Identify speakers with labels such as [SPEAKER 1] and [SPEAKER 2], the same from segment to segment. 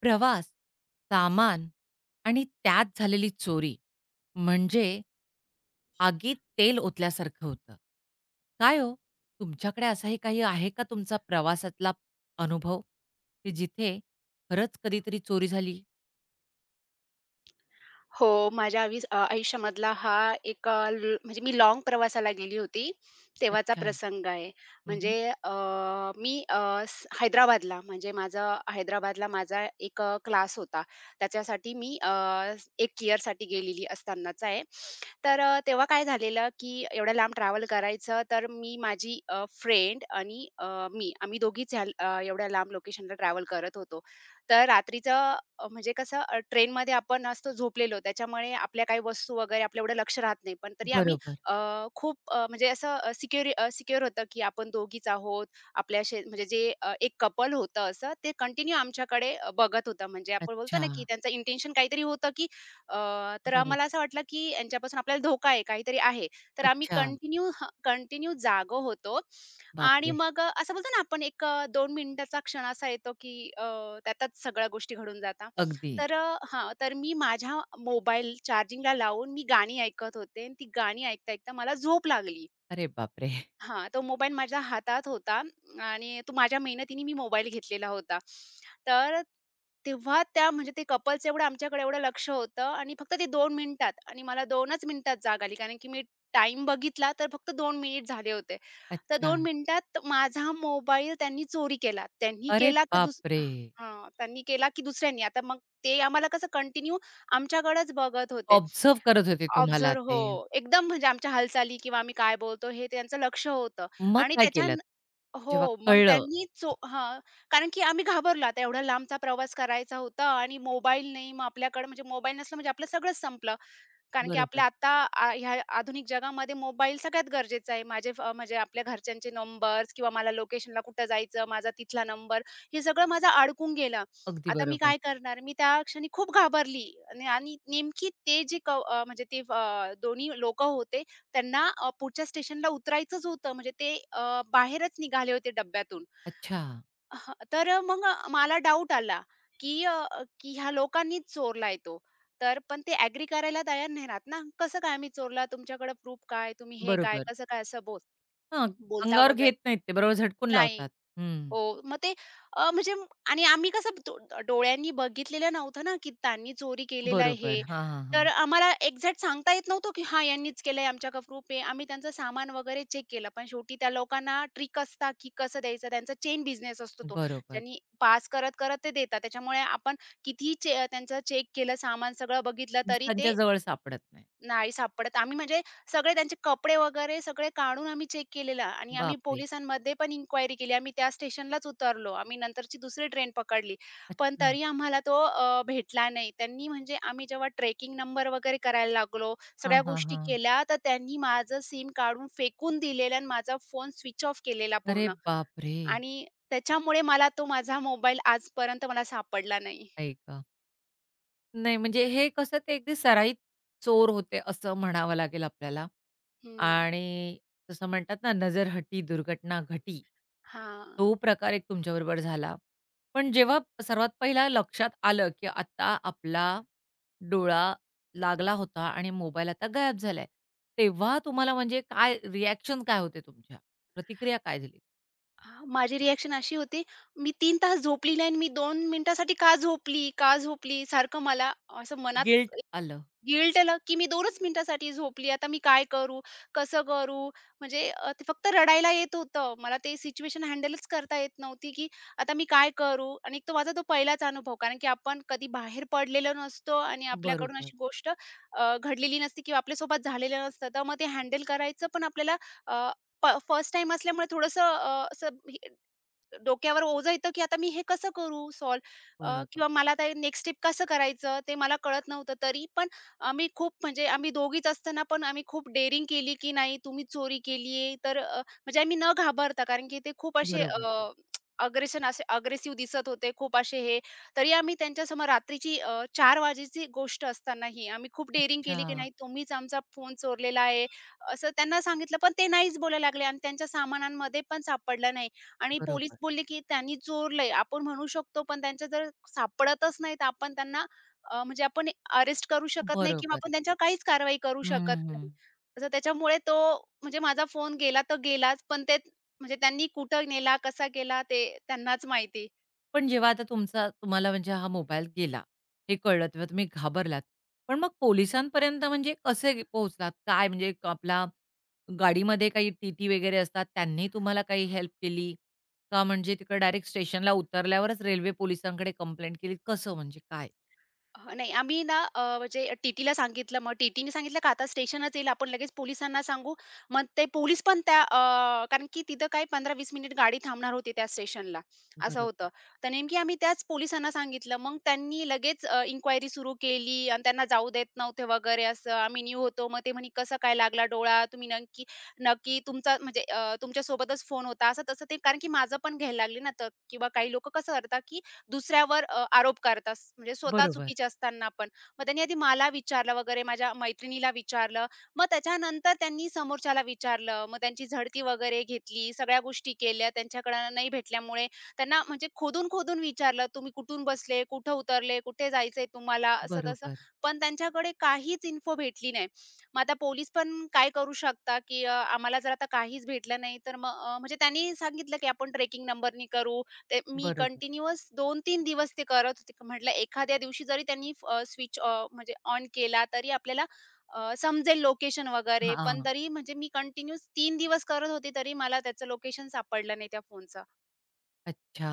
[SPEAKER 1] प्रवास, सामान आणि त्यात झालेली चोरी म्हणजे आगीत तेल ओतल्यासारखं होतं. काय हो, तुमच्याकडे असाही काही आहे का तुमचा प्रवासातला अनुभव, की जिथे खरंच कधीतरी चोरी झाली?
[SPEAKER 2] हो, माझ्या आयुष्यामधला हा एक अ, ल म्हणजे मी लाँग प्रवासाला गेली होती, तेव्हाचा
[SPEAKER 1] अच्छा.
[SPEAKER 2] प्रसंग आहे. म्हणजे
[SPEAKER 1] हं,
[SPEAKER 2] अ, मी अ, स हैदराबादला म्हणजे माझं हैदराबादला माझा एक क्लास होता. त्याच्यासाठी मी 1 इयरसाठी गेलेली असतानाचा आहे. तेव्हा काय झालेलं, की एवढ्या लांब ट्रॅव्हल करायचं, तर मी माझी फ्रेंड आणि मी आम्ही दोघीच ह्या एवढ्या लांब लोकेशनला ट्रॅव्हल करत होतो. तर रात्रीचं म्हणजे कसं ट्रेनमध्ये आपण असतो झोपलेलो, त्याच्यामुळे आपल्या काही वस्तू वगैरे आपलं एवढं लक्ष राहत नाही. पण तरी आम्ही
[SPEAKER 1] बरोबर.
[SPEAKER 2] अ, खूप म्हणजे असं सिक्युअर होतं, की आपण दोघीच आहोत. आपल्या शे म्हणजे जे एक कपल होतं असं, ते कंटिन्यू आमच्याकडे बघत होतं. म्हणजे आपण बोलतो
[SPEAKER 1] अच्छा.
[SPEAKER 2] ना, की त्यांचं इंटेन्शन काहीतरी होतं, अ, तर आम्हाला
[SPEAKER 1] बरोबर.
[SPEAKER 2] असं वाटलं, की यांच्यापासून आपल्याला धोका आहे, काहीतरी आहे. तर आम्ही
[SPEAKER 1] अच्छा.
[SPEAKER 2] कंटिन्यू कंटिन्यू जागं होतो आणि
[SPEAKER 1] बापरे!
[SPEAKER 2] मग असं बोलतो ना आपण एक 2 मिनिटाचा क्षण असा येतो, त्यातच सगळ्या गोष्टी घडून जातात.
[SPEAKER 1] अगदी.
[SPEAKER 2] तर मी माझ्या मोबाईल चार्जिंगला लावून मी गाणी ऐकत होते आणि ती गाणी ऐकता-ऐकता मला झोप लागली.
[SPEAKER 1] अरे बापरे!
[SPEAKER 2] हां, तो मोबाईल माझ्या हातात होता आणि तो माझ्या मेहनतीने मी मोबाईल घेतलेला होता. तर तेव्हा त्या म्हणजे ते कपल्स एवढं आमच्याकडे एवढं लक्ष होतं आणि फक्त ते 2 मिनिटात आणि मला 2च मिनिटात जाग आली. कारण की मी टाईम बघितला तर फक्त 2 मिनिट झाले होते. तर
[SPEAKER 1] अच्छा.
[SPEAKER 2] 2 मिनिटात माझा मोबाईल त्यांनी चोरी केला.
[SPEAKER 1] अरे बापरे!
[SPEAKER 2] त्यांनी केला की दुसऱ्यांनी. आता मग ते आम्हाला कसं कंटिन्यू आमच्याकडेच बघत होते.
[SPEAKER 1] ऑब्झर्व्ह करत होते तुम्हाला
[SPEAKER 2] ऑब्झर्व्ह
[SPEAKER 1] ते.
[SPEAKER 2] हो. एकदम म्हणजे आमच्या हालचाली किंवा आम्ही काय बोलतो हे त्यांचं लक्ष होतं
[SPEAKER 1] मग
[SPEAKER 2] आणि
[SPEAKER 1] काय केलंत? जेव्हा
[SPEAKER 2] हो, मग
[SPEAKER 1] कळलं
[SPEAKER 2] कारण की आम्ही घाबरलो आता एवढा लांबचा प्रवास करायचा होता आणि मोबाईल नाही. मग आपल्याकडे म्हणजे मोबाईल नसला म्हणजे आपलं सगळंच संपलं. कारण की आपल्या
[SPEAKER 1] बरोबर.
[SPEAKER 2] आता ह्या आधुनिक जगामध्ये मोबाईल सगळ्यात गरजेचा आहे. माझे फ म्हणजे आपल्या घरच्यांचे नंबर्स किंवा मला लोकेशनला कुठं जायचं, माझा तिथला नंबर, हे सगळं माझं अडकून गेलं.
[SPEAKER 1] अगदी
[SPEAKER 2] आता मी
[SPEAKER 1] बरोबर.
[SPEAKER 2] काय करणार? मी त्या क्षणी खूप घाबरली आणि आणि नेमकी ते जे क अ, म्हणजे ते अ, दोन्ही लोकं होते, त्यांना पुढच्या स्टेशनला उतरायचंच होतं. म्हणजे ते बाहेरच निघाले होते डब्यातून.
[SPEAKER 1] अच्छा.
[SPEAKER 2] मग मला डाउट आला, की ह्या लोकांनीच चोरलाय तो. तर पण ते ॲग्री करायला तयार नाही राहत ना. "कसं काय मी चोरला? तुमच्याकडे प्रूफ काय? तुम्ही हे काय?
[SPEAKER 1] बरोबर.
[SPEAKER 2] कसं काय?" असं बोल
[SPEAKER 1] हां,
[SPEAKER 2] बोलता
[SPEAKER 1] अंगावर
[SPEAKER 2] वगैरे.
[SPEAKER 1] घेत नाहीत ते. बरोबर झटकून
[SPEAKER 2] नाही.
[SPEAKER 1] लावतात. हं.
[SPEAKER 2] हो, मग ते अ, म्हणजे म- आणि आम्ही कसं डोळ्यांनी बघितलेलं नव्हतं ना, की त्यांनी चोरी केलेलं आहे
[SPEAKER 1] बरोबर.
[SPEAKER 2] हे.
[SPEAKER 1] हां, हां, हां.
[SPEAKER 2] तर आम्हाला एक्झॅक्ट सांगता येत नव्हतं, की हां, यांनीच केलंय, आमच्या ग्रुप आहे. आम्ही त्यांचं सामान वगैरे चेक केलं. पण शेवटी त्या लोकांना ट्रिक असता, की कसं द्यायचं. त्यांचा चेन बिझनेस असतो तो.
[SPEAKER 1] बरोबर.
[SPEAKER 2] ज्यांनी पास करत-करत ते देतात. त्याच्यामुळे आपण कितीही त्यांचं चेक केलं, सामान सगळं बघितलं, तरी
[SPEAKER 1] त्यांच्या
[SPEAKER 2] ते
[SPEAKER 1] जवळ सापडत नाही.
[SPEAKER 2] नाही सापडत. आम्ही म्हणजे सगळे त्यांचे कपडे वगैरे सगळे काढून आम्ही चेक केलेलं आणि आम्ही
[SPEAKER 1] बापरे!
[SPEAKER 2] पोलिसांमध्ये पण इन्क्वायरी केली. आम्ही त्या स्टेशनलाच उतरलो. आम्ही नंतरची दुसरी ट्रेन पकडली. पण
[SPEAKER 1] अच्छा.
[SPEAKER 2] तरी आम्हाला तो भेटला नाही. त्यांनी म्हणजे आम्ही जेव्हा ट्रॅकिंग नंबर वगैरे करायला लागलो,
[SPEAKER 1] हां,
[SPEAKER 2] सगळ्या
[SPEAKER 1] हां,
[SPEAKER 2] गोष्टी
[SPEAKER 1] हां.
[SPEAKER 2] केल्या, तर त्यांनी माझं सिम काढून फेकून दिलेलं आणि माझा फोन स्विच ऑफ केलेला
[SPEAKER 1] अरे
[SPEAKER 2] पूर्ण
[SPEAKER 1] बापरे!
[SPEAKER 2] आणि त्याच्यामुळे मला तो माझा मोबाईल आजपर्यंत मला सापडला नाही.
[SPEAKER 1] आई गं! नाही, म्हणजे हे कसं ते अगदी सराईत चोर होते असं म्हणावं लागेल आपल्याला.
[SPEAKER 2] हं.
[SPEAKER 1] आणि जसं म्हणतात ना, नजर हटी, दुर्घटना घटी.
[SPEAKER 2] हां.
[SPEAKER 1] तो प्रकार एक तुमच्याबरोबर झाला. पण जेव्हा सर्वात पहिला लक्षात आलं, की आता आपला डोळा लागला होता आणि मोबाईल आता गायब झालाय. तेव्हा म्हणजे काय रिएक्शन काय होते तुमच्या? प्रतिक्रिया काय दिली?
[SPEAKER 2] हां, माझी रिएक्शन अशी होती, मी 3 तास झोपली नाही आणि मी 2 मिनिटासाठी का झोपली? का झोपली? सारखं मला असं मनात
[SPEAKER 1] गिल्ट आलं.
[SPEAKER 2] गिल्ट आलं, की मी 2च मिनिटासाठी झोपली. आता मी काय करू? कसं करू? ते फक्त रडायला येत होतं. मला ते सिच्युएशन हँडलच करता येत नव्हती, की आता मी काय करू? आणि एक तर माझा तो पहिलाच अनुभव, कारण की आपण कधी बाहेर पडलेलो नसतो आणि आपल्याकडून
[SPEAKER 1] बरोबर,
[SPEAKER 2] अशी गोष्ट घडलेली नसते किंवा आपल्यासोबत झालेलं नसतं. तर मग ते हँडल करायचं पण आपल्याला अ, फर्स्ट टाईम असल्यामुळे थोडंसं डोक्यावर ओझं येतं, की आता मी हे कसं करू सॉल्व्ह?
[SPEAKER 1] बरोबर,
[SPEAKER 2] किंवा मला आता नेक्स्ट स्टेप कसं करायचं ते मला कळत नव्हतं. तरी पण आम्ही खूप म्हणजे आम्ही दोघीच असताना पण आम्ही खूप डेअरिंग केली, की नाही तुम्ही चोरी केलीये म्हणजे आम्ही न घाबरता कारण की ते खूप असे
[SPEAKER 1] बरोबर.
[SPEAKER 2] अ, अग्रेशन असे अग्रेसिव्ह दिसत होते, खूप असे हे. तरी आम्ही त्यांच्यासमोर रात्रीची 4 वाजेची गोष्ट असतानाही आम्ही खूप डेअरिंग
[SPEAKER 1] अच्छा.
[SPEAKER 2] केली, की नाही तुम्हीच आमचा फोन चोरलेला आहे, असं त्यांना सांगितलं. पण ते नाहीच बोलायला लागले आणि त्यांच्या सामानांमध्ये पण सापडलं नाही. आणि पोलीस
[SPEAKER 1] बरोबर,
[SPEAKER 2] बोलले, की त्यांनी चोरलंय आपण म्हणू शकतो, पण त्यांच्या जर सापडतच नाही, तर आपण त्यांना अ, म्हणजे आपण अरेस्ट करू शकत नाही किंवा
[SPEAKER 1] बरोबर
[SPEAKER 2] आपण
[SPEAKER 1] आहे.
[SPEAKER 2] त्यांच्यावर काहीच कारवाई करू शकत नाही.
[SPEAKER 1] हं,
[SPEAKER 2] तर त्याच्यामुळे तो म्हणजे माझा फोन गेला तर गेलाच, पण ते म्हणजे त्यांनी कुठं नेला, कसा केला ते त्यांनाच माहिती.
[SPEAKER 1] पण जेव्हा आता तुमचा तुम्हाला म्हणजे हा मोबाईल गेला, हे कळलं तेव्हा तुम्ही घाबरलात. पण मग पोलिसांपर्यंत म्हणजे कसे गे पोहोचलात? काय म्हणजे क- आपला गाडीमध्ये काही टी-टी वगैरे असतात त्यांनी तुम्हाला काही हेल्प केली? का म्हणजे तिकडे डायरेक्ट स्टेशनला उतरल्यावरच रेल्वे पोलिसांकडे कंप्लेंट केली? कसं म्हणजे काय?
[SPEAKER 2] नाही आम्ही ना अ, म्हणजे टी-टीला सांगितलं. मग टी सांगितलं का आता स्टेशनच येईल आपण लगेच पोलिसांना सांगू. मग ते पोलीस पण कारण की तिथं काय 15-20 मिनिट गाडी थांबणार होती त्या स्टेशनला, असं होतं.
[SPEAKER 1] बरोबर.
[SPEAKER 2] तर नेमकी आम्ही त्याच पोलिसांना सांगितलं. मग त्यांनी लगेच इन्क्वायरी सुरू केली आणि त्यांना जाऊ देत नव्हते वगैरे असं. आम्ही न्यू होतो. मग ते म्हणे, "कसा काय लागला डोळा? तुम्ही नक्की नक्की तुमचा तुमच्यासोबतच फोन होता." असं तसं ते कारण की माझं पण घ्यायला लागले ना, तर किंवा काही लोकं कसं करतात की दुसऱ्यावर आरोप करतात. म्हणजे स्वतः
[SPEAKER 1] बरोबर,
[SPEAKER 2] चुकीचे असताना पण. मग त्यांनी आधी मला विचारलं वगैरे, माझ्या मैत्रिणीला विचारलं. मग त्याच्यानंतर त्यांनी समोरच्याला विचारलं. मग त्यांची झडती वगैरे घेतली, सगळ्या गोष्टी केल्या. त्यांच्याकडनं नाही भेटल्यामुळे त्यांना म्हणजे खोदून-खोदून विचारलं, "तुम्ही कुठून बसले? कुठं उतरले? कुठे जायचंय तुम्हाला?" असं-तसं.
[SPEAKER 1] बरोबर,
[SPEAKER 2] पण त्यांच्याकडे काहीच इन्फो भेटली नाही. मग आता पोलीस पण काय करू शकता, आम्हाला जर आता काहीच भेटलं नाही, तर मग अ, म्हणजे त्यांनी सांगितलं, की "आपण ट्रेकिंग नंबरनी करू ते मी
[SPEAKER 1] बरोबर.
[SPEAKER 2] कंटिन्युअस 2-3 दिवस ते करत होते. म्हटलं एखाद्या दिवशी जरी त्यांनी अ, स्विच अ, म्हणजे ऑन केला तरी आपल्याला समजेल लोकेशन वगैरे. पण
[SPEAKER 1] हां.
[SPEAKER 2] तरी म्हणजे मी कंटिन्युअस 3 दिवस करत होते, तरी मला त्याचं लोकेशन सापडलं नाही त्या फोनचं.
[SPEAKER 1] अच्छा.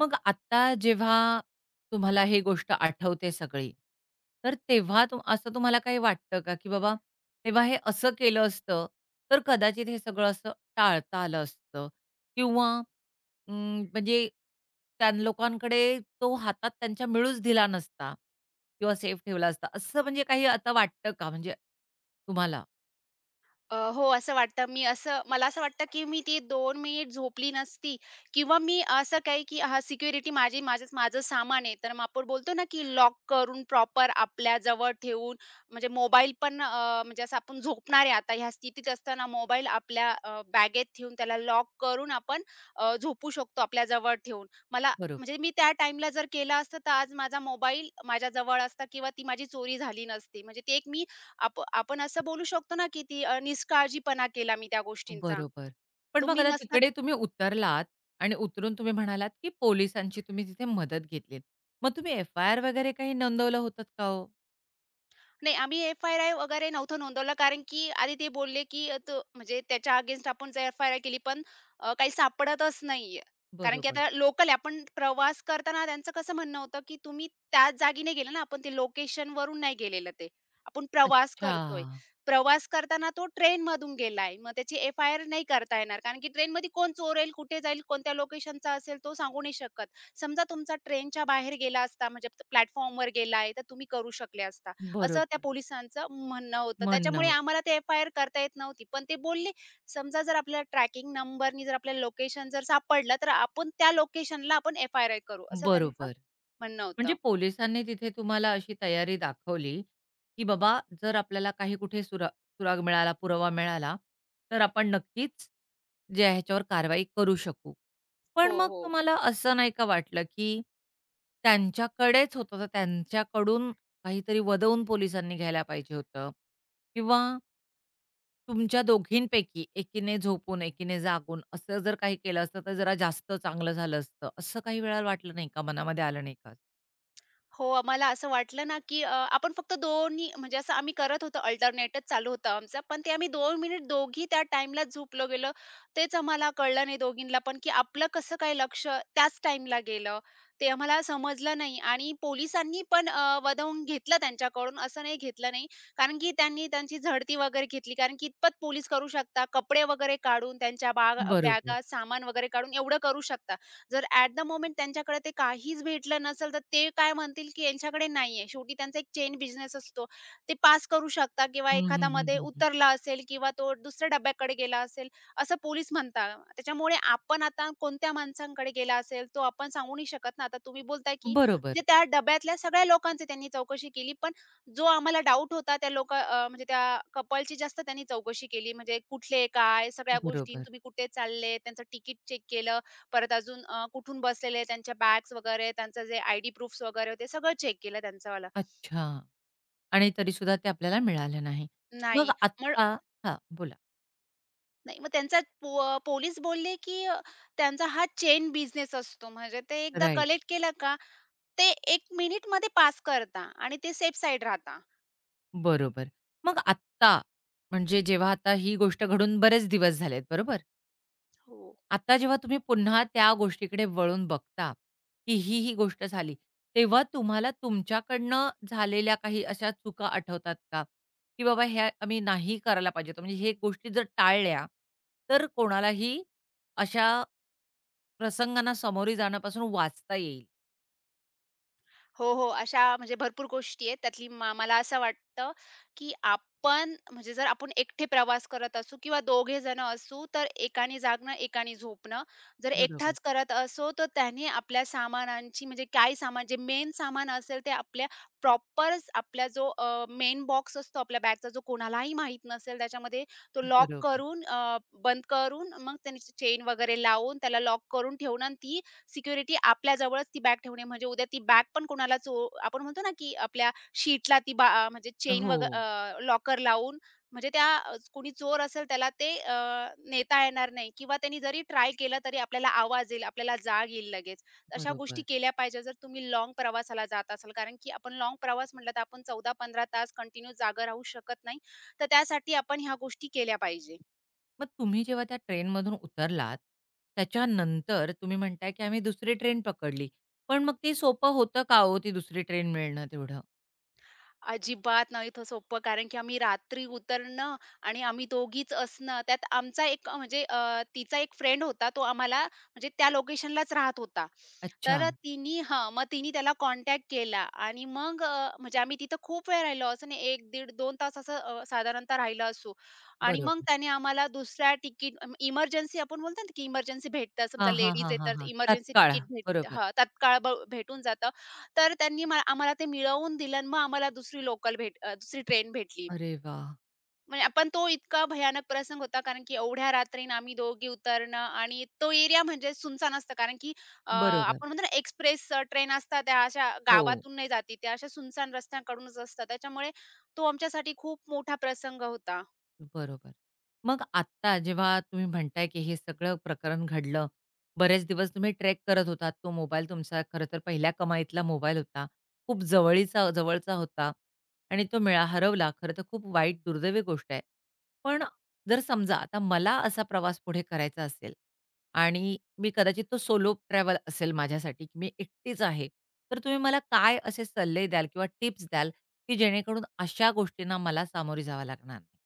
[SPEAKER 1] मग आता जेव्हा तुम्हाला ही गोष्ट आठवते सगळी, तर तेव्हा असं तुम्हाला काही वाटतं का, की बाबा तेव्हा हे असं केलं असतं, तर कदाचित हे सगळं असं टाळता आलं असतं किंवा अं, म्हणजे त्या लोकांकडे तो हातात त्यांच्या मिळूच दिला नसता किंवा सेफ ठेवला असता, असं म्हणजे काही आता वाटतं का म्हणजे तुम्हाला?
[SPEAKER 2] हो, असं वाटतं. मी असं मला असं वाटतं, की मी ती दोन मिनिट झोपली नसती किंवा मी असं काही, की हा सिक्युरिटी माझंच माझं सामान आहे. तर मग आपण बोलतो ना, की लॉक करून प्रॉपर आपल्या जवळ ठेवून म्हणजे असं आपण झोपणार आहे आता ह्या स्थितीत असताना मोबाईल आपल्या बॅगेत ठेवून त्याला लॉक करून आपण झोपू शकतो आपल्या जवळ ठेवून. मला म्हणजे मी त्या टाईमला जर केलं असतं, तर आज माझा मोबाईल माझ्या जवळ असता किंवा ती माझी चोरी झाली नसती. म्हणजे ती एक मी आपण असं बोलू शकतो ना, की ती निष्काळजीपणा केला मी त्या गोष्टींचा.
[SPEAKER 1] बरोबर. पण
[SPEAKER 2] तो
[SPEAKER 1] मग
[SPEAKER 2] मी
[SPEAKER 1] आता
[SPEAKER 2] नसता
[SPEAKER 1] तिकडे तुम्ही उतरलात आणि उतरून तुम्ही म्हणालात, की पोलिसांची तुम्ही तिथे मदत घेतलीत. मग तुम्ही एफ-आय-आर वगैरे काही नोंदवलं होतात का ओ?
[SPEAKER 2] नाही, आम्ही एफ-आय-आर वगैरे नव्हतं नोंदवलं कारण की आधी ते बोलले, की अ, तो म्हणजे त्याच्या अगेन्स्ट आपण जर एफ-आय-आर केली पण काही सापडतच नाहीये. कारण की
[SPEAKER 1] बरोबर.
[SPEAKER 2] आता लोकल आहे. आपण प्रवास करताना त्यांचं कसं म्हणणं होतं, की तुम्ही त्याच जागी नाही गेले ना, आपण ते लोकेशनवरून नाही गेलेलं ते. आपण प्रवास
[SPEAKER 1] अच्छा.
[SPEAKER 2] करतोय. प्रवास करताना तो ट्रेनमधून गेलाय. मग त्याची एफ-आय-आर नाही करता येणार कारण की ट्रेनमध्ये कोण चोरेल, कुठे जाईल, कोणत्या लोकेशनचा असेल तो सांगू नाही शकत. समजा तुमचा ट्रेनच्या बाहेर गेला असता म्हणजे प्लॅटफॉर्मवर गेलाय, तर तुम्ही करू शकले असता. असं त्या
[SPEAKER 1] बरोबर.
[SPEAKER 2] पोलिसांचं म्हणणं होतं.
[SPEAKER 1] म्हणणं
[SPEAKER 2] त्याच्यामुळे
[SPEAKER 1] होतं.
[SPEAKER 2] आम्हाला ते एफ-आय-आर करता येत नव्हती. पण ते बोलले, समजा जर आपल्याला ट्रॅकिंग नंबरनी जर आपल्याला लोकेशन जर सापडलं, तर आपण त्या लोकेशनला आपण एफ-आय-आर करू, असं त्यांचं
[SPEAKER 1] बरोबर.
[SPEAKER 2] म्हणणं
[SPEAKER 1] म्हणजे
[SPEAKER 2] होतं.
[SPEAKER 1] पोलिसांनी तिथे तुम्हाला अशी तयारी दाखवली, की बाबा जर आपल्याला काही कुठे सुराग मिळाला, पुरावा मिळाला, तर आपण नक्कीच जे ह्याच्यावर कारवाई करू शकू.
[SPEAKER 2] हो,
[SPEAKER 1] पण मग
[SPEAKER 2] हो.
[SPEAKER 1] तुम्हाला असं नाही का वाटलं, की त्यांच्याकडेच होतं, तर त्यांच्याकडून काहीतरी वदवून पोलिसांनी घ्यायला पाहिजे होतं? किंवा तुमच्या दोघींपैकी एकीने झोपून, एकीने जागून असं जर काही केलं असतं, तर जरा जास्त चांगलं झालं असतं, असं काही वेळा वाटलं नाही का? मनामध्ये आलं नाही का?
[SPEAKER 2] हो, आम्हाला असं वाटलं ना, आपण फक्त दोन्ही म्हणजे असं आम्ही करत होतो, अल्टरनेटच चालू होतं आमचं. पण ते आम्ही 2 मिनिट दोघी त्या टाईमला झोपलो गेलो. तेच आम्हाला कळलं नाही दोघींना पण, की आपलं कसं काय लक्ष त्याच टाईमला गेलं, ते आम्हाला समजलं नाही. आणि पोलिसांनी पण वधावून घेतलं त्यांच्याकडून, असं नाही घेतलं नाही. कारण की त्यांनी त्यांची झडती वगैरे घेतली. कारण कितपत पोलीस करू शकता, कपडे वगैरे काढून त्यांच्या बागा
[SPEAKER 1] बरोबर.
[SPEAKER 2] बॅगा, सामान वगैरे काढून एवढं करू शकता. जर ॲट द मोमेंट त्यांच्याकडे ते काहीच भेटलं नसेल, तर ते काय म्हणतील, की यांच्याकडे नाहीये. शेवटी त्यांचा एक चेन बिझनेस असतो. ते पास करू शकता किंवा
[SPEAKER 1] हं, हं,
[SPEAKER 2] एखादा
[SPEAKER 1] हं,
[SPEAKER 2] मध्ये
[SPEAKER 1] हं, हं.
[SPEAKER 2] उतरला असेल किंवा तो दुसऱ्या डब्याकडे गेला असेल, असं पोलीस म्हणता. त्याच्यामुळे आपण आता कोणत्या माणसांकडे गेला असेल, तो आपण सांगू नाही शकत ना. आता तुम्ही बोलताय, की
[SPEAKER 1] बरोबर,
[SPEAKER 2] म्हणजे त्या डब्यातल्या सगळ्या लोकांची त्यांनी चौकशी केली, पण जो आम्हाला डाऊट होता त्या लोक अ, म्हणजे त्या कपलची जास्त त्यांनी चौकशी केली. म्हणजे कुठले, काय सगळ्या गोष्टी,
[SPEAKER 1] बरोबर.
[SPEAKER 2] तुम्ही कुठे चालले, त्यांचं तिकीट चेक केलं. परत अजून कुठून बसलेले, त्यांच्या बॅग्स वगैरे, त्यांचं जे आयडी प्रूफ्स वगैरे होते, सगळं चेक केलं त्यांचंवालं.
[SPEAKER 1] अच्छा आणि तरीसुद्धा ते आपल्याला मिळालं नाही. मग
[SPEAKER 2] नाही. मग
[SPEAKER 1] आत्ता हां, बोला.
[SPEAKER 2] नाही, मग त्यांचा पोलीस बोलले, त्यांचा हा चेन बिझनेस असतो. म्हणजे ते एकदा
[SPEAKER 1] राईट.
[SPEAKER 2] कलेक्ट केलं का, ते 1 मिनिटमध्ये पास करता आणि ते सेफ साईड राहता.
[SPEAKER 1] बरोबर. मग आत्ता, म्हणजे जेव्हा आता ही गोष्ट घडून बरेच दिवस झालेत, बरोबर?
[SPEAKER 2] हो.
[SPEAKER 1] आता जेव्हा तुम्ही पुन्हा त्या गोष्टीकडे वळून बघता, की ही गोष्ट झाली, तेव्हा तुम्हाला तुमच्याकडनं झालेल्या काही अशा चुका आठवतात का? की बाबा ह्या आम्ही नाही करायला पाहिजे होतं. म्हणजे हे गोष्टी जर टाळल्या, तर कोणालाही अशा प्रसंगांना सामोरे जाण्यापासून वाचता येईल.
[SPEAKER 2] हो, हो. अशा म्हणजे भरपूर गोष्टी आहेत. त्यातली मला असं वाटतं, की आपण म्हणजे जर आपण एकटे प्रवास करत असू किंवा दोघे जण असू, तर एकाने जागणं, एकाने झोपणं. जर
[SPEAKER 1] बरोबर,
[SPEAKER 2] एकटाच करत असू, तर त्याने आपल्या सामानांची म्हणजे काय सामान जे मेन सामान असेल, ते आपल्या प्रॉपर आपला जो मेन बॉक्स असतो आपल्या बॅगचा, जो कोणालाही माहीत नसेल, त्याच्यामध्ये तो लॉक
[SPEAKER 1] बरोबर.
[SPEAKER 2] करून, अ, बंद करून, मग त्याची चेन वगैरे लावून त्याला लॉक करून ठेवणं आणि ती सिक्युरिटी आपल्याजवळच ती बॅग ठेवणे म्हणजे उद्या ती बॅग पण कोणाला चो आपण म्हणतो ना, की आपल्या शीटला ती बा अ, म्हणजे चेन
[SPEAKER 1] हो,
[SPEAKER 2] वग लॉकर लावून म्हणजे त्या कोणी चोर असेल त्याला ते नेता येणार नाही किंवा त्यांनी जरी ट्राय केलं तरी आपल्याला आवाज येईल, आपल्याला जाग येईल लगेच. अशा गोष्टी
[SPEAKER 1] बरोबर.
[SPEAKER 2] केल्या पाहिजे जर तुम्ही लाँग प्रवासाला जात असाल. कारण की आपण लाँग प्रवास म्हटलं तर आपण 14-15 तास कंटिन्यू जागा राहू शकत नाही. तर त्यासाठी आपण ह्या गोष्टी केल्या पाहिजे.
[SPEAKER 1] मग तुम्ही जेव्हा त्या ट्रेनमधून उतरलात, त्याच्यानंतर तुम्ही म्हणताय, की आम्ही दुसरी ट्रेन पकडली. पण मग ते सोपं होतं का हो ती दुसरी ट्रेन मिळणं तेवढं?
[SPEAKER 2] अजिबात नाही इथं सोपं. कारण की आम्ही रात्री उतरणं आणि आम्ही दोघीच असणं, त्यात आमचा एक तिचा एक फ्रेंड होता. तो आम्हाला म्हणजे त्या लोकेशनलाच राहत होता.
[SPEAKER 1] अच्छा,
[SPEAKER 2] तर अ, तिनी हां, मग तिनी त्याला कॉन्टॅक्ट केला आणि मग अ, म्हणजे आम्ही तिथं खूप वेळ राहिलो. असं नाही 1 दीड 2 तास असं साधारणतः राहिलं असू आणि मग
[SPEAKER 1] बरोबर.
[SPEAKER 2] त्याने आम्हाला इमर्जन्सी आपण बोलतो ना, की इमर्जन्सी भेटतं. समजा
[SPEAKER 1] हां, हां,
[SPEAKER 2] लेडीज
[SPEAKER 1] हां,
[SPEAKER 2] आहे,
[SPEAKER 1] हां,
[SPEAKER 2] तर
[SPEAKER 1] हां.
[SPEAKER 2] इमर्जन्सी
[SPEAKER 1] तात्काळ.
[SPEAKER 2] तिकीट भेट
[SPEAKER 1] बरोबर.
[SPEAKER 2] हां, तात्काळ भेटून जातं. तर त्यांनी मला आम्हाला ते मिळवून दिलं आणि मग आम्हाला दुसरी ट्रेन भेटली.
[SPEAKER 1] अरे वाह!
[SPEAKER 2] म्हणजे पण तो इतका भयानक प्रसंग होता कारण की एवढ्या रात्रीनं आम्ही दोघी उतरणं आणि तो एरिया म्हणजे सुनसान असतं कारण की
[SPEAKER 1] बरोबर.
[SPEAKER 2] आपण म्हणतो ना एक्सप्रेस ट्रेन असतात त्या अशा
[SPEAKER 1] हो.
[SPEAKER 2] गावातून नाही जाती त्या अशा सुनसान रस्त्यांकडूनच असतात त्याच्यामुळे तो आमच्यासाठी खूप मोठा प्रसंग होता.
[SPEAKER 1] बरोबर. मग आत्ता जेव्हा तुम्ही म्हणताय, की हे सगळं प्रकरण घडलं, बरेच दिवस तुम्ही ट्रेक करत होता, तो मोबाईल तुमचा खरं तर पहिल्या कमाईतला मोबाईल होता. खूप जवळचा होता आणि तो हरवला. खरं तर खूप वाईट दुर्दैवी गोष्ट आहे. पण जर समजा आता मला असा प्रवास पुढे करायचा असेल आणि मी कदाचित तो सोलो ट्रॅव्हल असेल माझ्यासाठी, की मी एकटीच आहे. तर तुम्ही मला काय असे सल्ले द्याल किंवा टिप्स द्याल, की जेणेकरून अशा गोष्टींना मला सामोरे जावं लागणार नाही?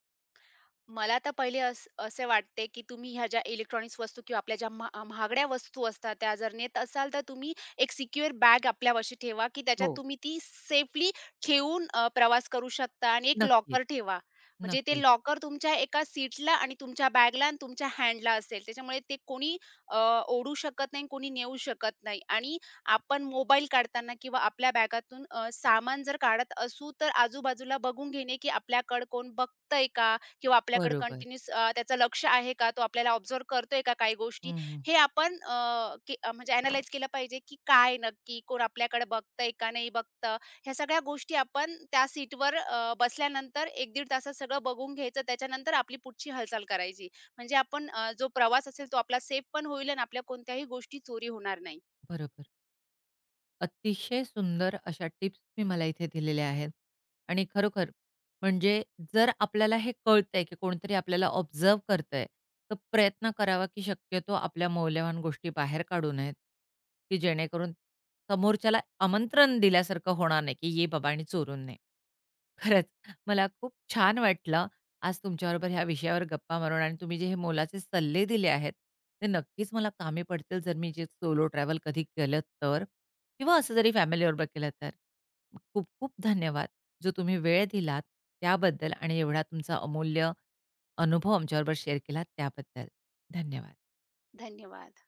[SPEAKER 2] मला तर पहिले असे वाटते, की तुम्ही ह्या ज्या इलेक्ट्रॉनिक्स वस्तू किंवा आपल्या ज्या महागड्या वस्तू असतात, त्या जर नेत असाल, तर तुम्ही एक सिक्युअर बॅग आपल्यापाशी ठेवा, की त्याच्यात
[SPEAKER 1] हो.
[SPEAKER 2] तुम्ही ती सेफली ठेवून प्रवास करू शकता आणि एक
[SPEAKER 1] नक्कीच,
[SPEAKER 2] लॉकर ठेवा. म्हणजे ते
[SPEAKER 1] नक्कीच.
[SPEAKER 2] लॉकर तुमच्या एका सीटला आणि तुमच्या बॅगला आणि तुमच्या हँडला असेल. त्याच्यामुळे ते कोणी अ, ओढू शकत नाही, कोणी नेऊ शकत नाही आणि आपण मोबाईल काढताना किंवा आपल्या बॅगातून सामान जर काढत असू, तर आजूबाजूला बघून घेणे, की आपल्याकडे कोण बघतंय का? किंवा आपल्याकडे
[SPEAKER 1] बरोबर.
[SPEAKER 2] कंटिन्यूअस त्याचं लक्ष आहे का? तो आपल्याला ऑब्झर्व्ह करतोय का काही गोष्टी?
[SPEAKER 1] हं, हं.
[SPEAKER 2] हे आपण अ, की म्हणजे अॅनलाईज केलं पाहिजे, की काय नक्की कोण आपल्याकडे बघतंय का नाही बघतं? ह्या सगळ्या गोष्टी आपण त्या सीटवर बसल्यानंतर 1-1.5 तासात सगळं बघून घ्यायचं. त्याच्यानंतर आपली पुढची हालचाल करायची. म्हणजे आपण जो प्रवास असेल तो आपला सेफ पण होईल आणि आपल्या कोणत्याही गोष्टी चोरी होणार नाही.
[SPEAKER 1] बरोबर. अतिशय सुंदर अशा टिप्स तुम्ही मला इथे दिलेल्या आहेत. आणि खरोखर म्हणजे जर आपल्याला हे कळतंय, की कोणतरी आपल्याला ऑब्झर्व्ह करतंय, तर प्रयत्न करावा, की शक्यतो आपल्या मौल्यवान गोष्टी बाहेर काढू नयेत, की जेणेकरून समोरच्याला आमंत्रण दिल्यासारखं होणार नाही, की "ये बाबा आणि चोरून ने." खरंच मला खूप छान वाटलं आज तुमच्याबरोबर ह्या विषयावर गप्पा मारून आणि तुम्ही जे हे मोलाचे सल्ले दिले आहेत, ते नक्कीच मला कामी पडतील जर मी जे सोलो ट्रॅव्हल कधी केलं तर. किंवा असं जरी फॅमिलीबरोबर केलं तर. खूप खूप धन्यवाद. जो तुम्ही वेळ दिलात त्याबद्दल आणि एवढा तुमचा अमूल्य अनुभव आमच्याबरोबर शेअर केलात त्याबद्दल. धन्यवाद.
[SPEAKER 2] धन्यवाद.